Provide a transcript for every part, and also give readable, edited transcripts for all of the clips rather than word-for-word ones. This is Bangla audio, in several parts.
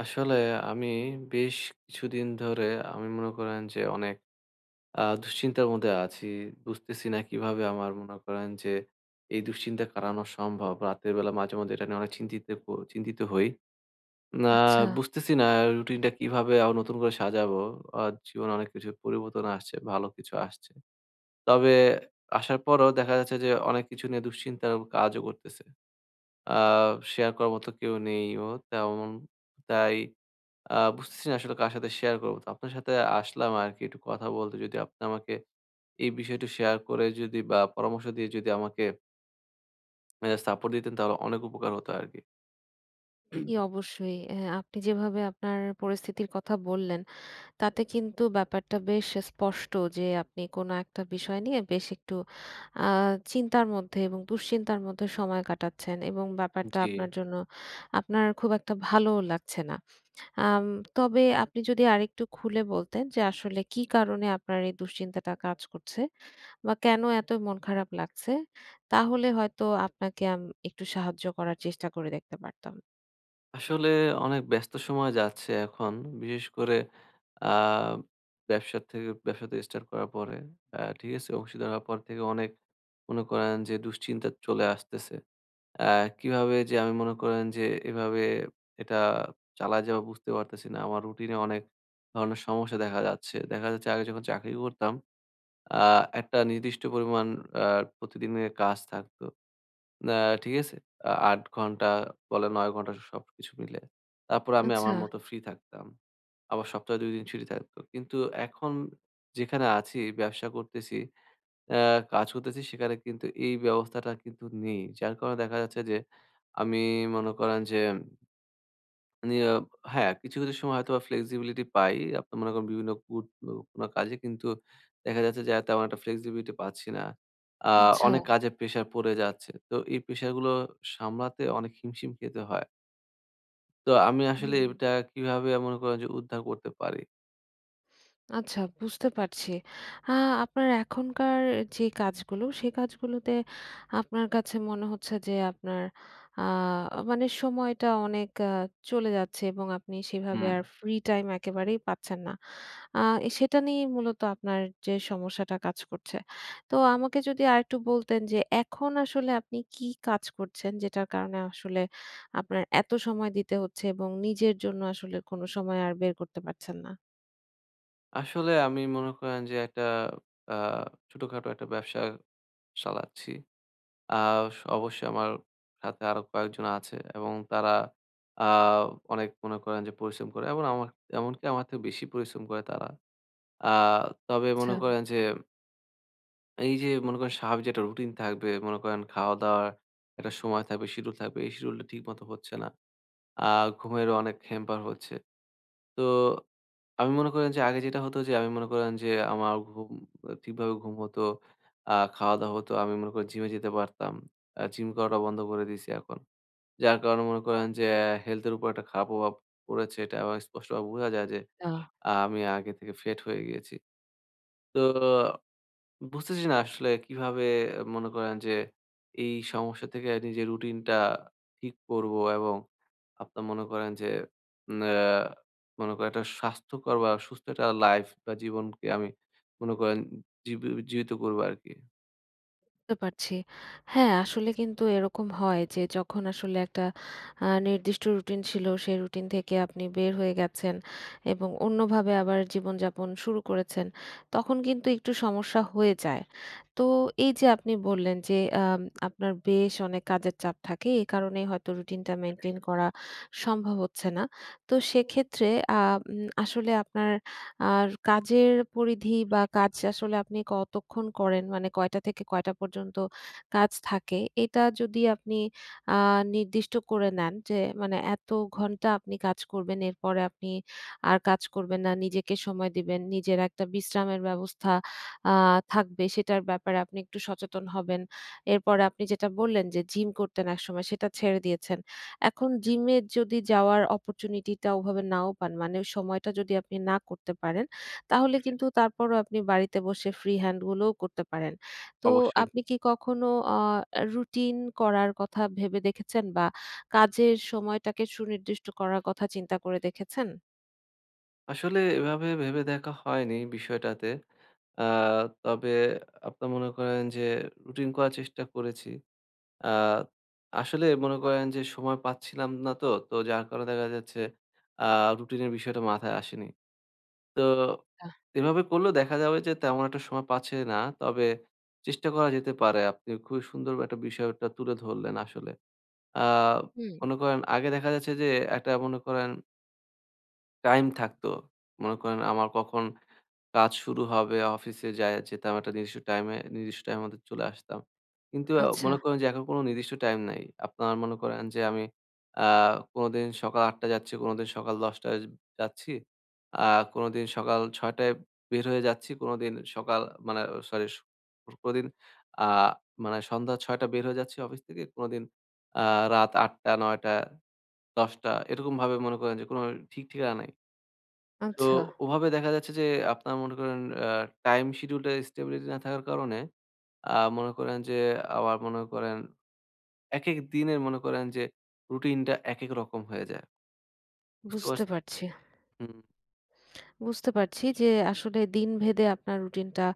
আসলে আমি বেশ কিছুদিন ধরে আমি মনে করেন যে অনেক দুশ্চিন্তার মধ্যে আছি। বুঝতেছি না কিভাবে আমার মনে করেন যে এই দুশ্চিন্তা কাড়ানো সম্ভব। রাতের বেলা মাঝে-মধ্যে এটা নিয়ে অনেক চিন্তিত হই। না, আচ্ছা। বুঝতেছি না রুটিনটা কিভাবে আবার নতুন করে সাজাবো। আ জীবনে অনেক কিছু পরিবর্তন আসছে, ভালো কিছু আসছে। তবে আসার পরেও দেখা যাচ্ছে যে অনেক কিছু নিয়ে দুশ্চিন্তার কাজও করতেছে। আ শেয়ার করার মতো কেউ নেইও তেমন। তাই বুঝতেছি না আসলে কার সাথে শেয়ার করব। তো আপনার সাথে আসলাম আরকি একটু কথা বলতে। যদি আপনি আমাকে এই বিষয়টি শেয়ার করে যদি বা পরামর্শ দিয়ে যদি আমাকে সাপোর্ট দিতেন তাহলে অনেক উপকার হতো আরকি। জি, অবশ্যই। আপনি যেভাবে আপনার পরিস্থিতির কথা বললেন, তাতে কিন্তু ব্যাপারটা বেশ স্পষ্ট যে আপনি কোনো একটা বিষয় নিয়ে বেশ একটু আ চিন্তার মধ্যে এবং দুশ্চিন্তার মধ্যে সময় কাটাচ্ছেন, এবং ব্যাপারটা জি। আপনার জন্য আপনার খুব একটা ভালোও লাগছে না। আম তবে আপনি যদি আরেকটু খুলে বলতেন যে আসলে কি কারণে আপনার এই দুশ্চিন্তাটা কাজ করছে, বা কেন এত মন খারাপ লাগছে? তাহলে হয়তো আপনাকে একটু সাহায্য করার চেষ্টা করে দেখতে পারতাম। আসলে অনেক ব্যস্ত সময় যাচ্ছে এখন। বিশেষ করে আ ব্যবসা থেকে ব্যবসাতে স্টার্ট করার পরে, ঠিক আছে? অংশীদার হওয়ার পর থেকে অনেক মনে করেন যে দুশ্চিন্তা চলে আসতেছে। আ কিভাবে যে আমি মনে করেন যে এভাবে এটা চালায় যাবো বুঝতে পারতেছি না। আমার রুটিনে অনেক ধরনের সমস্যা দেখা যাচ্ছে। দেখা যাচ্ছে আগে যখন চাকরি করতাম, আ একটা নির্দিষ্ট পরিমাণ আ প্রতিদিনের কাজ থাকতো। আ ঠিক আছে? ৮ ঘন্টা বলেন ৯ ঘন্টা সবকিছু মিলে। তারপরে আমি আচ্ছা, আমার মতো ফ্রি থাকতাম। আবার সপ্তাহে ২ দিন ছুটি থাকতো। কিন্তু এখন যেখানে আছি ব্যবসা করতেছি অ্যা কাজ করতেছি সেখানে কিন্তু এই ব্যবস্থাটা কিন্তু নেই। যার কারণে দেখা যাচ্ছে যে আমি মনে করেন যে নিয়া হ্যাঁ, কিছু, কিছু সময় হয়তোবা flexibility পাই। আপনি মনে করেন বিভিন্ন কুট ও কোনো কাজে কিন্তু দেখা যাচ্ছে যে তেমন একটা flexibility পাচ্ছি না। আ আচ্ছা। অনেক কাজে প্রেশার পড়ে যাচ্ছে। তো এই প্রেশার গুলো সামলাতে অনেক হিমশিম খেতে হয়। তো আমি আসলে হুম। এটা কিভাবে মনে করেন যে উদ্ধার করতে পারি? আচ্ছা, বুঝতে পারছি। আ আপনার এখনকার যে কাজগুলো, সে কাজগুলোতে আপনার কাছে মনে হচ্ছে যে আপনার, আ মানে, সময়টা অনেক চলে যাচ্ছে এবং আপনি সেভাবে হুম। আর ফ্রি টাইম একেবারেই পাচ্ছেন না। আ সেটা নিয়েই মূলত আপনার যে সমস্যাটা কাজ করছে। তো আমাকে যদি আরেকটু বলতেন যে এখন আসলে আপনি কি কাজ করছেন, যেটার কারণে আসলে আপনার এত সময় দিতে হচ্ছে এবং নিজের জন্য আসলে কোনো সময় আর বের করতে পারছেন না? আসলে আমি মনে করেন যে একটা আ ছোটখাটো একটা ব্যবসা চালাচ্ছি। আ স অবশ্যই আমার সাথে আরো কয়েকজন আছে এবং তারা আ অনেক মনে করেন যে পরিশ্রম করে এবং আমার এমনকি আমার থেকে বেশি পরিশ্রম করে তারা। আ তবে আচ্ছা। মনে করেন যে এই যে মনে করেন স্বাভাবিক যে একটা রুটিন থাকবে, মনে করেন খাওয়া-দাওয়ার একটা সময় থাকবে, শিডিউল থাকবে। এই শিডিউলটা ঠিকমতো হচ্ছে না। আ ঘুমেরও অনেক হ্যাম্পার হচ্ছে। তো আমি মনে করেন যে আগে যেটা হতো যে আমি মনে করেন যে আমার ঘুম ঠিকভাবে ঘুম হতো, খাওয়া-দাওয়া হতো। আমি মনে করি জিমে যেতে পারতাম। জিম করাটা বন্ধ করে দিয়েছি এখন। যার কারণে মনে করেন যে হেলথের উপর একটা খারাপ প্রভাব পড়েছে। এটা আবার স্পষ্টভাবে বোঝা যায় যে আমি আগে থেকে ফ্যাট হয়ে গিয়েছি। তো বুঝতেছি না আসলে কিভাবে মনে করেন যে এই সমস্যা থেকে নিজের রুটিনটা ঠিক করব এবং আপনার মনে করেন যে উম আ মনে করেন একটা স্বাস্থ্যকর বা সুস্থ একটা লাইফ বা জীবনকে আমি মনে করেন জীবিত করবো আরকি। বুঝতে পারছি। হ্যাঁ, আসলে কিন্তু এরকম হয় যে যখন আসলে একটা নির্দিষ্ট রুটিন ছিল, সেই রুটিন থেকে আপনি বের হয়ে গেছেন এবং অন্যভাবে আবার জীবনযাপন শুরু করেছেন, তখন কিন্তু একটু সমস্যা হয়ে যায়। তো এই যে আপনি বললেন যে আম আপনার বেশ অনেক কাজের চাপ থাকে, এই কারণেই হয়তো রুটিনটা মেইনটেইন করা সম্ভব হচ্ছে না। তো সেক্ষেত্রে আ উম আসলে আপনার আর কাজের পরিধি, বা কাজ আসলে আপনি কতক্ষণ করেন, মানে কয়টা থেকে কয়টা পর্যন্ত কাজ থাকে, এটা যদি আপনি আ নির্দিষ্ট করে নেন যে মানে এত ঘন্টা আপনি কাজ করবেন, এরপরে আপনি আর কাজ করবেন না। নিজেকে সময় দিবেন। নিজের একটা বিশ্রামের ব্যবস্থা আ থাকবে, সেটার ব্যাপারে আপনি একটু সচেতন হবেন। এরপরে আপনি যেটা বললেন যে জিম করতেন একসময়, সেটা ছেড়ে দিয়েছেন। এখন জিমে যদি যাওয়ার opportunity টা ওভাবে নাও পান, মানে সময়টা যদি আপনি না করতে পারেন, তাহলে কিন্তু তারপরও আপনি বাড়িতে বসে ফ্রি হ্যান্ড গুলোও করতে পারেন। তো অবশ্যই। আপনি কি কখনো আ রুটিন করার কথা ভেবে দেখেছেন, বা কাজের সময়টাকে সুনির্দিষ্ট করার কথা চিন্তা করে দেখেছেন? আসলে এভাবে ভেবে দেখা হয়নি বিষয়টাতে। আ তবে আপনার মনে করেন যে রুটিন করার চেষ্টা করেছি। আ আসলে মনে করেন যে সময় পাচ্ছিলাম না তো, যার কারণে দেখা যাচ্ছে আ রুটিনের বিষয়টা মাথায় আসেনি। তো আহ, এভাবে করলেও দেখা যাবে যে তেমন একটা সময় পাচ্ছে না। তবে চেষ্টা করা যেতে পারে। আপনি খুবই সুন্দর একটা বিষয়টা তুলে ধরলেন আসলে। আ হুম। মনে করেন আগে দেখা যাচ্ছে যে একটা মনে করেন টাইম থাকতো। মনে করেন আমার কখন কাজ শুরু হবে, অফিসে যেতাম একটা নির্দিষ্ট টাইমে, নির্দিষ্ট টাইমের মধ্যে চলে আসতাম। কিন্তু আচ্ছা, মনে করেন যে এখন কোনো নির্দিষ্ট টাইম নাই। আপনার মনে করেন যে আমি আ কোনোদিন সকাল ৮:০০ টায় যাচ্ছি, কোনোদিন সকাল ১০:০০ টায় যাচ্ছি, আ কোনোদিন সকাল ৬:০০ টায় বের হয়ে যাচ্ছি, কোনোদিন মানে সরি, কোনোদিন আ মানে সন্ধ্যা ৬:০০ টায় বের হয়ে যাচ্ছি অফিস থেকে, কোনোদিন আ রাত ৮:০০ টা, ৯:০০ টা, ১০:০০ টা এরকমভাবে মনে করেন যে কোনো ঠিক ঠিকানা নাই। তো আচ্ছা, ওভাবে দেখা যাচ্ছে যে আপনার মনে করেন আ টাইম শিডিউলটা স্টেবিলিটি না থাকার কারণে আ মনে করেন যে আবার মনে করেন একেক দিনের মনে করেন যে রুটিনটা একেক রকম হয়ে যায়। বুঝতে বুঝতে পারছেন? পারছি। হুম। বুঝতে পারছি যে আসলে দিনভেদে আপনার রুটিনটা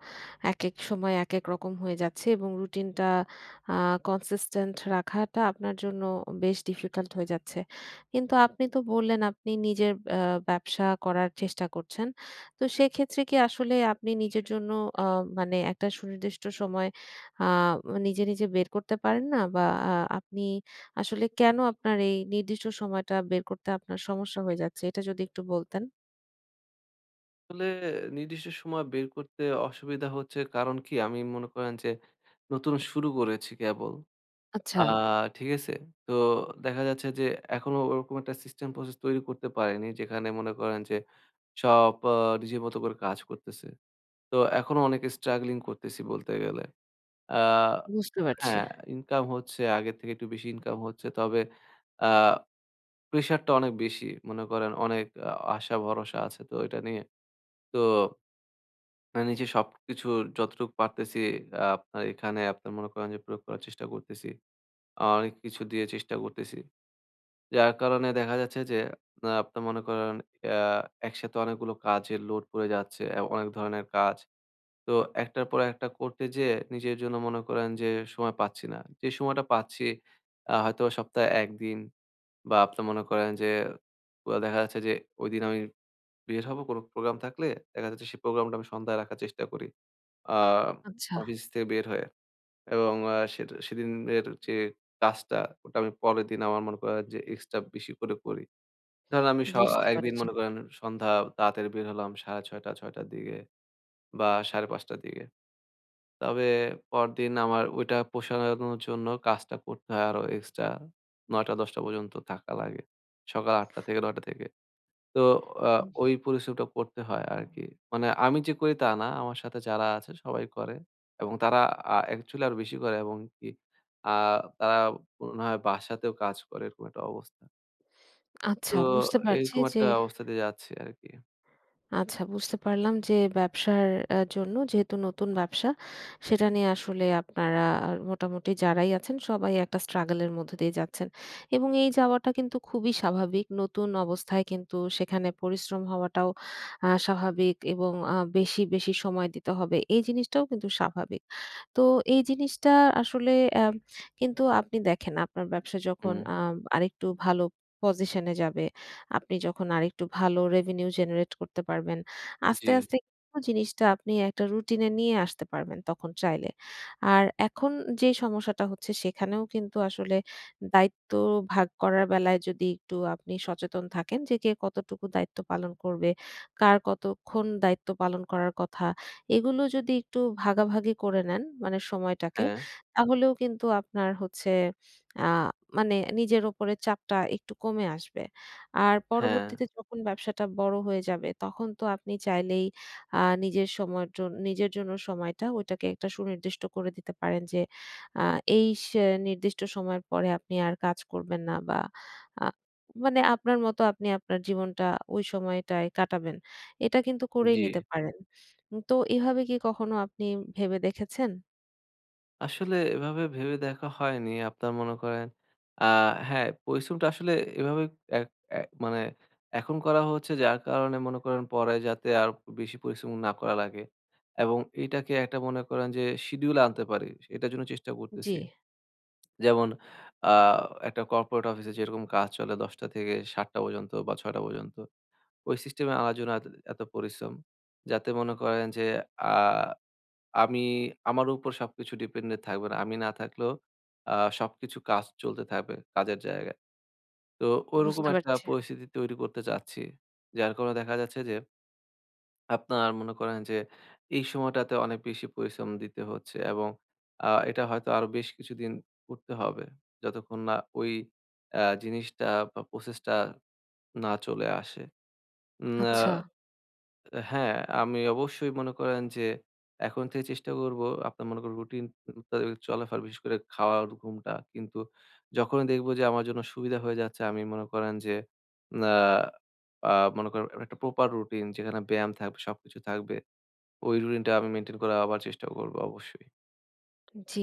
একেক সময় একেক রকম হয়ে যাচ্ছে এবং রুটিনটা আ কনসিস্টেন্ট রাখাটা আপনার জন্য বেশ ডিফিকাল্ট হয়ে যাচ্ছে। কিন্তু আপনি তো বললেন আপনি নিজের আ ব্যবসা করার চেষ্টা করছেন। তো সেক্ষেত্রে কি আসলে আপনি নিজের জন্য, আ মানে, একটা সুনির্দিষ্ট সময় আ নিজে বের করতে পারেন না? বা আ আপনি আসলে কেন আপনার এই নির্দিষ্ট সময়টা বের করতে আপনার সমস্যা হয়ে যাচ্ছে? এটা যদি একটু বলতেন। আসলে নির্দিষ্ট সময় বের করতে অসুবিধা হচ্ছে কারণ কি আমি মনে করেন যে নতুন শুরু করেছি কেবল। আ আচ্ছা। ঠিক আছে? তো দেখা যাচ্ছে যে এখনো ওরকম একটা সিস্টেম প্রসেস তৈরি করতে পারিনি যেখানে মনে করেন যে সব নিজের মতো করে কাজ করতেছে। তো এখনো অনেক স্ট্রাগলিং করতেছি বলতে গেলে। আ বুঝতে পারছি। হ্যাঁ, ইনকাম হচ্ছে, আগের থেকে একটু বেশি ইনকাম হচ্ছে। তবে আ প্রেশারটা অনেক বেশি। মনে করেন অনেক আশা ভরসা আছে তো এটা নিয়ে। তো নিজে সবকিছু যতটুকু পারতেছি আপনার এখানে আপনার মনে করেন যে প্রয়োগ করার চেষ্টা করতেছি। অনেক কিছু দিয়ে চেষ্টা করতেছি। যার কারণে দেখা যাচ্ছে যে আপনার মনে করেন আ একসাথে অনেকগুলো কাজের লোড পড়ে যাচ্ছে। অনেক ধরনের কাজ। তো একটার পর একটা করতে যেয়ে নিজের জন্য মনে করেন যে সময় পাচ্ছি না। যে সময়টা পাচ্ছি হয়তোবা সপ্তাহে ১ দিন বা আপনার মনে করেন যে দেখা যাচ্ছে যে ঐদিন আমি বের হব কোনো প্রোগ্রাম থাকলে দেখা যাচ্ছে সেই প্রোগ্রামটা আমি সন্ধ্যায় রাখার চেষ্টা করি। আ আচ্ছা, অফিস থেকে বের হয়ে এবং সেটা সেদিনের যে কাজটা ওটা আমি পরের দিন আমার মনে করেন যে এক্সট্রা বেশি করে করি। ধরেন আমি বুঝতে বুঝতে একদিন পারছি। মনে পেরেছি। করেন সন্ধ্যা তাড়াতাড়ি বের হলাম ৬:৩০ ৬টার দিকে বা ৫:৩০ টার দিকে। তবে পরদিন আমার ওইটা পোষানোর জন্য কাজটা করতে হয় আরো এক্সট্রা ৯:০০-১০:০০ পর্যন্ত থাকা লাগে। সকাল ৮:০০ থেকে ৯:০০ থেকে। তো আ ওই পরিশ্রমটা করতে হয় আরকি। মানে আমি যে করি তা না, আমার সাথে যারা আছে সবাই করে এবং তারা অ্যাকচুয়ালি আরো বেশি করে এবং কি আ তারা মনে হয় বাসাতেও কাজ করে এরকম একটা অবস্থা। আচ্ছা, তো বুঝতে পারছি এরকম যে একটা অবস্থা দিয়ে যাচ্ছি আরকি। আচ্ছা, বুঝতে পারলাম যে ব্যবসার জন্য, যেহেতু নতুন ব্যবসা, সেটা নিয়ে আসলে আপনারা আর মোটামুটি যারাই আছেন সবাই একটা struggle এর মধ্য দিয়ে যাচ্ছেন। এবং এই যাওয়াটা কিন্তু খুবই স্বাভাবিক। নতুন অবস্থায় কিন্তু সেখানে পরিশ্রম হওয়াটাও স্বাভাবিক, এবং বেশি, বেশি সময় দিতে হবে। এই জিনিসটাও কিন্তু স্বাভাবিক। তো এই জিনিসটা আসলে কিন্তু আপনি দেখেন, আপনার ব্যবসা যখন হুম, আরেকটু ভালো পজিশন এ যাবে, আপনি যখন আরেকটু ভালো রেভিনিউ জেনারেট করতে পারবেন, আস্তে, জি। আস্তে কিন্তু জিনিসটা আপনি একটা রুটিনে নিয়ে আসতে পারবেন তখন চাইলে। আর এখন যে সমস্যাটা হচ্ছে, সেখানেও কিন্তু আসলে দায়িত্ব ভাগ করার বেলায় যদি একটু আপনি সচেতন থাকেন যে কে কতটুকু দায়িত্ব পালন করবে, কার কতক্ষণ দায়িত্ব পালন করার কথা, এগুলো যদি একটু ভাগাভাগি করে নেন, মানে সময়টাকে, হ্যাঁ, তাহলেও কিন্তু আপনার হচ্ছে, আ মানে, নিজের উপরে চাপটা একটু কমে আসবে। আর হ্যাঁ, পরবর্তীতে যখন ব্যবসাটা বড় হয়ে যাবে, তখন তো আপনি চাইলেই আ নিজের সময়ের জন নিজের জন্য সময়টা, ওইটাকে একটা সুনির্দিষ্ট করে দিতে পারেন যে আ এই নির্দিষ্ট সময়ের পরে আপনি আর কাজ করবেন না, বা আ মানে আপনার মতো আপনি আপনার জীবনটা ওই সময়টায় কাটাবেন। এটা কিন্তু করেই জি। নিতে পারেন। তো এভাবে কি কখনো আপনি ভেবে দেখেছেন? আসলে এভাবে ভেবে দেখা হয়নি। আপনার মনে করেন আ হ্যাঁ, পরিশ্রমটা আসলে এভাবে এক এ মানে এখন করা হচ্ছে যার কারণে মনে করেন পরে যাতে আর বেশি পরিশ্রম না করা লাগে এবং এটাকে একটা মনে করেন যে শিডিউল আনতে পারি, এটার জন্য চেষ্টা জি, করতেছি। যেমন আ একটা কর্পোরেট অফিসে যেরকম কাজ চলে ১০ টা থেকে ৭ টা পর্যন্ত বা ৬ টা পর্যন্ত, ওই সিস্টেমে আনার জন্য এত এত পরিশ্রম। যাতে মনে করেন যে আ আমি আমার উপর সবকিছু ডিপেন্ডেন্ট থাকবে না। আমি না থাকলেও আ সবকিছু কাজ চলতে থাকবে কাজের জায়গায়। তো ওরকম বুঝতে একটা পারছি। পরিস্থিতি তৈরি করতে চাচ্ছি। যার কারণে দেখা যাচ্ছে যে আপনার মনে করেন যে এই সময়টাতে অনেক বেশি পরিশ্রম দিতে হচ্ছে এবং এটা হয়তো আরো বেশ কিছুদিন করতে হবে। যতক্ষণ না ওই জিনিসটা বা প্রসেসটা না চলে আসে। উম আ আচ্ছা। হুম। হ্যাঁ, আমি অবশ্যই মনে করেন যে এখন থেকে চেষ্টা করব আপনার মনে করেন রুটিন মোতাবেক চলাফেরা বিশেষ করে খাওয়ার ঘুমটা। কিন্তু যখনই দেখব যে আমার জন্য সুবিধা হয়ে যাচ্ছে আমি মনে করেন যে আ আ মনে করেন একটা প্রপার রুটিন যেখানে ব্যায়াম থাকবে, সবকিছু থাকবে। ওই রুটিনটা আমি মেইনটেইন করার আবার চেষ্টা করব অবশ্যই। জি,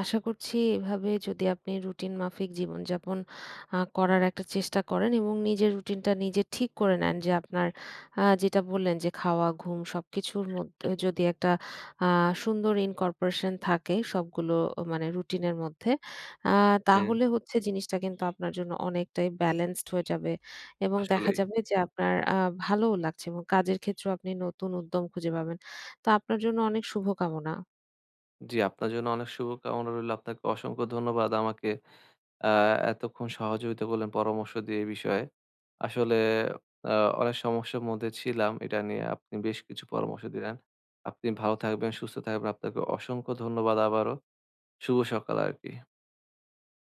আশা করছি এভাবে যদি আপনি রুটিন মাফিক জীবনযাপন করার একটা চেষ্টা করেন এবং নিজের রুটিনটা নিজে ঠিক করে নেন, যে আপনার, যেটা বললেন যে খাওয়া, ঘুম সবকিছুর মধ্যে যদি একটা আ সুন্দর incorporation থাকে সবগুলো, মানে রুটিনের মধ্যে, আ হ্যাঁ, তাহলে হচ্ছে জিনিসটা কিন্তু আপনার জন্য অনেকটাই ব্যালেন্সড হয়ে যাবে, এবং দেখা আসলেই। যাবে যে আপনার ভালোও লাগছে এবং কাজের ক্ষেত্রেও আপনি নতুন উদ্যম খুঁজে পাবেন। তো আপনার জন্য অনেক শুভকামনা। জি, আপনার জন্য অনেক শুভকামনা রইল। আপনাকে অসংখ্য ধন্যবাদ আমাকে আ এতক্ষণ সহযোগিতা করলেন পরামর্শ দিয়ে এই বিষয়ে। আসলে আ অনেক সমস্যার মধ্যে ছিলাম। এটা নিয়ে আপনি বেশ কিছু পরামর্শ দিলেন। আপনি ভালো থাকবেন, সুস্থ থাকবেন। আপনাকে অসংখ্য ধন্যবাদ আবারও। শুভ সকাল আরকি।